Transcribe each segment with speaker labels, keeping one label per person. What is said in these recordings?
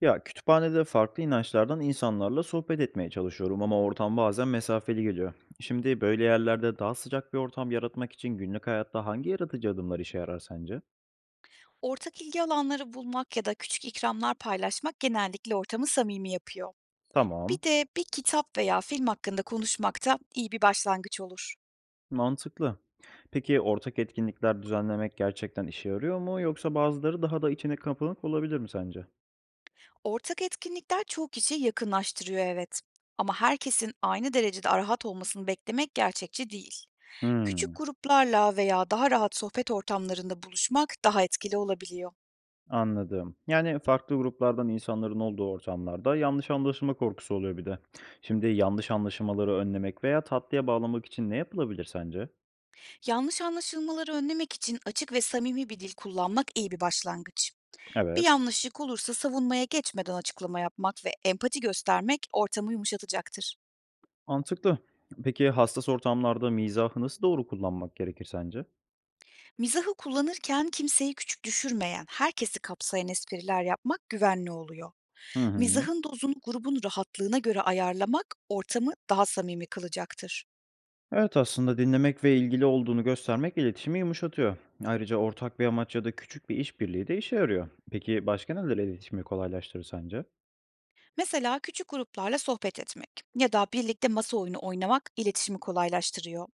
Speaker 1: Ya kütüphanede farklı inançlardan insanlarla sohbet etmeye çalışıyorum ama ortam bazen mesafeli geliyor. Şimdi böyle yerlerde daha sıcak bir ortam yaratmak için günlük hayatta hangi yaratıcı adımlar işe yarar sence?
Speaker 2: Ortak ilgi alanları bulmak ya da küçük ikramlar paylaşmak genellikle ortamı samimi yapıyor. Bir
Speaker 1: Tamam,
Speaker 2: de bir kitap veya film hakkında konuşmak da iyi bir başlangıç olur.
Speaker 1: mantıklı. Peki ortak etkinlikler düzenlemek gerçekten işe yarıyor mu yoksa bazıları daha da içine kapanık olabilir mi sence?
Speaker 2: Ortak etkinlikler çoğu kişiyi yakınlaştırıyor, evet. Ama herkesin aynı derecede rahat olmasını beklemek gerçekçi değil. Küçük
Speaker 1: Hmm,
Speaker 2: gruplarla veya daha rahat sohbet ortamlarında buluşmak daha etkili olabiliyor.
Speaker 1: anladım. Yani farklı gruplardan insanların olduğu ortamlarda yanlış anlaşılma korkusu oluyor bir de. Şimdi yanlış anlaşılmaları önlemek veya tatlıya bağlamak için ne yapılabilir sence?
Speaker 2: Yanlış anlaşılmaları önlemek için açık ve samimi bir dil kullanmak iyi bir başlangıç. Bir
Speaker 1: Evet,
Speaker 2: yanlışlık olursa savunmaya geçmeden açıklama yapmak ve empati göstermek ortamı yumuşatacaktır.
Speaker 1: mantıklı. Peki hassas ortamlarda mizahı nasıl doğru kullanmak gerekir sence?
Speaker 2: Mizahı kullanırken kimseyi küçük düşürmeyen, herkesi kapsayan espriler yapmak güvenli oluyor.
Speaker 1: Hı hı.
Speaker 2: Mizahın dozunu grubun rahatlığına göre ayarlamak ortamı daha samimi kılacaktır.
Speaker 1: Evet, aslında dinlemek ve ilgili olduğunu göstermek iletişimi yumuşatıyor. Ayrıca ortak bir amaç ya da küçük bir işbirliği de işe yarıyor. Peki başka neler iletişimi kolaylaştırır sence?
Speaker 2: Mesela küçük gruplarla sohbet etmek ya da birlikte masa oyunu oynamak iletişimi kolaylaştırıyor.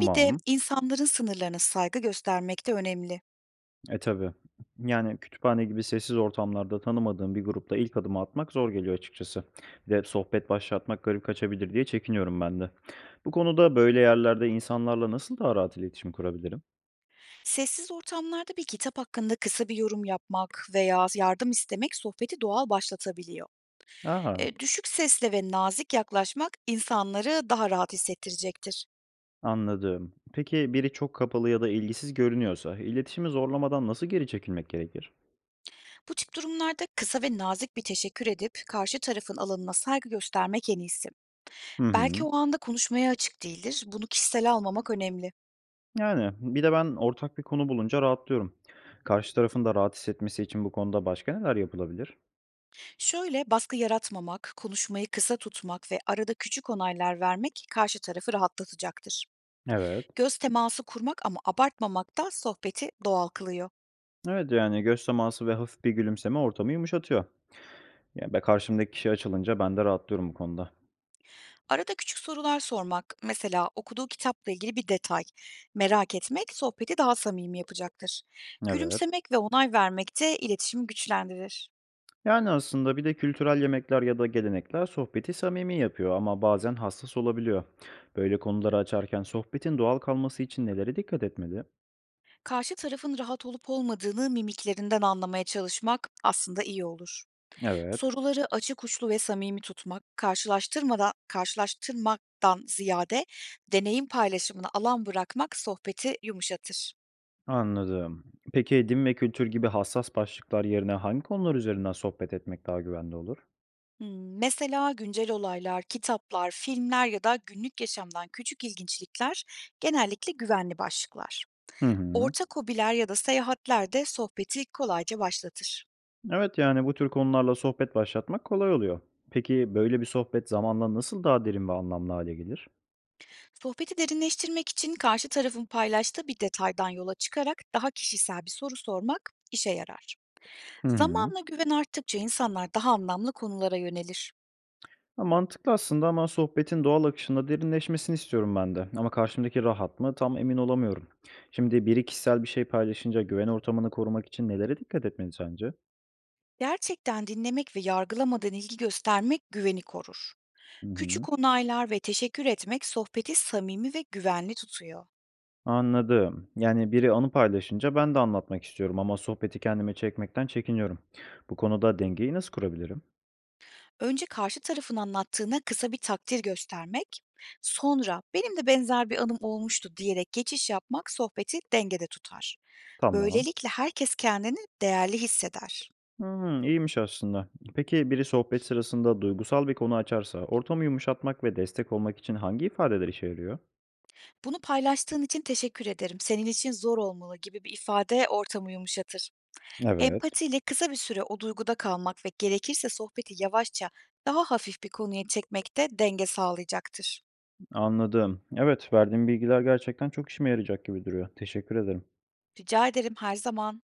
Speaker 2: Bir de insanların sınırlarına saygı göstermek de önemli.
Speaker 1: E tabii. Yani kütüphane gibi sessiz ortamlarda tanımadığım bir grupla ilk adımı atmak zor geliyor açıkçası. Bir de sohbet başlatmak garip kaçabilir diye çekiniyorum ben de. Bu konuda böyle yerlerde insanlarla nasıl daha rahat iletişim kurabilirim?
Speaker 2: Sessiz ortamlarda bir kitap hakkında kısa bir yorum yapmak veya yardım istemek sohbeti doğal başlatabiliyor.
Speaker 1: Aa.
Speaker 2: Düşük sesle ve nazik yaklaşmak insanları daha rahat hissettirecektir.
Speaker 1: Anladım. Peki biri çok kapalı ya da ilgisiz görünüyorsa iletişimi zorlamadan nasıl geri çekilmek gerekir?
Speaker 2: Bu tip durumlarda kısa ve nazik bir teşekkür edip karşı tarafın alanına saygı göstermek en iyisi.
Speaker 1: Hı
Speaker 2: Belki
Speaker 1: hı.
Speaker 2: o anda konuşmaya açık değildir. Bunu kişisel almamak önemli.
Speaker 1: Yani bir de ben ortak bir konu bulunca rahatlıyorum. Karşı tarafın da rahat hissetmesi için bu konuda başka neler yapılabilir?
Speaker 2: Şöyle baskı yaratmamak, konuşmayı kısa tutmak ve arada küçük onaylar vermek karşı tarafı rahatlatacaktır.
Speaker 1: Evet.
Speaker 2: Göz teması kurmak ama abartmamak da sohbeti doğal kılıyor.
Speaker 1: Evet, yani göz teması ve hafif bir gülümseme ortamı yumuşatıyor. Yani ben karşımdaki kişi açılınca ben de rahatlıyorum bu konuda.
Speaker 2: Arada küçük sorular sormak, mesela okuduğu kitapla ilgili bir detay merak etmek sohbeti daha samimi yapacaktır.
Speaker 1: Evet.
Speaker 2: Gülümsemek ve onay vermek de iletişimi güçlendirir.
Speaker 1: Yani aslında bir de kültürel yemekler ya da gelenekler sohbeti samimi yapıyor ama bazen hassas olabiliyor. Böyle konuları açarken sohbetin doğal kalması için nelere dikkat etmeli?
Speaker 2: Karşı tarafın rahat olup olmadığını mimiklerinden anlamaya çalışmak aslında iyi olur.
Speaker 1: Evet,
Speaker 2: Soruları açık uçlu ve samimi tutmak, karşılaştırmaktan ziyade deneyim paylaşımına alan bırakmak sohbeti yumuşatır.
Speaker 1: anladım. Peki din ve kültür gibi hassas başlıklar yerine hangi konular üzerinden sohbet etmek daha güvenli olur?
Speaker 2: Mesela güncel olaylar, kitaplar, filmler ya da günlük yaşamdan küçük ilginçlikler genellikle güvenli başlıklar.
Speaker 1: Hı hı.
Speaker 2: Ortak hobiler ya da seyahatler de sohbeti kolayca başlatır.
Speaker 1: Evet, yani bu tür konularla sohbet başlatmak kolay oluyor. Peki böyle bir sohbet zamanla nasıl daha derin ve anlamlı hale gelir?
Speaker 2: Sohbeti derinleştirmek için karşı tarafın paylaştığı bir detaydan yola çıkarak daha kişisel bir soru sormak işe yarar.
Speaker 1: Hı hı.
Speaker 2: Zamanla güven arttıkça insanlar daha anlamlı konulara yönelir.
Speaker 1: Ya, mantıklı aslında ama sohbetin doğal akışında derinleşmesini istiyorum ben de. Ama karşımdaki rahat mı tam emin olamıyorum. Şimdi biri kişisel bir şey paylaşınca güven ortamını korumak için nelere dikkat etmeli sence?
Speaker 2: Gerçekten dinlemek ve yargılamadan ilgi göstermek güveni korur.
Speaker 1: Hı
Speaker 2: Küçük
Speaker 1: hı.
Speaker 2: onaylar ve teşekkür etmek sohbeti samimi ve güvenli tutuyor.
Speaker 1: Anladım. Yani biri anı paylaşınca ben de anlatmak istiyorum ama sohbeti kendime çekmekten çekiniyorum. Bu konuda dengeyi nasıl kurabilirim?
Speaker 2: Önce karşı tarafın anlattığına kısa bir takdir göstermek, sonra benim de benzer bir anım olmuştu diyerek geçiş yapmak sohbeti dengede tutar.
Speaker 1: Tamam.
Speaker 2: Böylelikle herkes kendini değerli hisseder.
Speaker 1: Hmm, iyiymiş aslında. Peki biri sohbet sırasında duygusal bir konu açarsa ortamı yumuşatmak ve destek olmak için hangi ifadeler işe yarıyor?
Speaker 2: Bunu paylaştığın için teşekkür ederim. Senin için zor olmalı gibi bir ifade ortamı yumuşatır.
Speaker 1: Evet.
Speaker 2: Empatiyle kısa bir süre o duyguda kalmak ve gerekirse sohbeti yavaşça daha hafif bir konuya çekmek de denge sağlayacaktır.
Speaker 1: Anladım. Evet, verdiğin bilgiler gerçekten çok işime yarayacak gibi duruyor. Teşekkür ederim.
Speaker 2: Rica ederim, her zaman.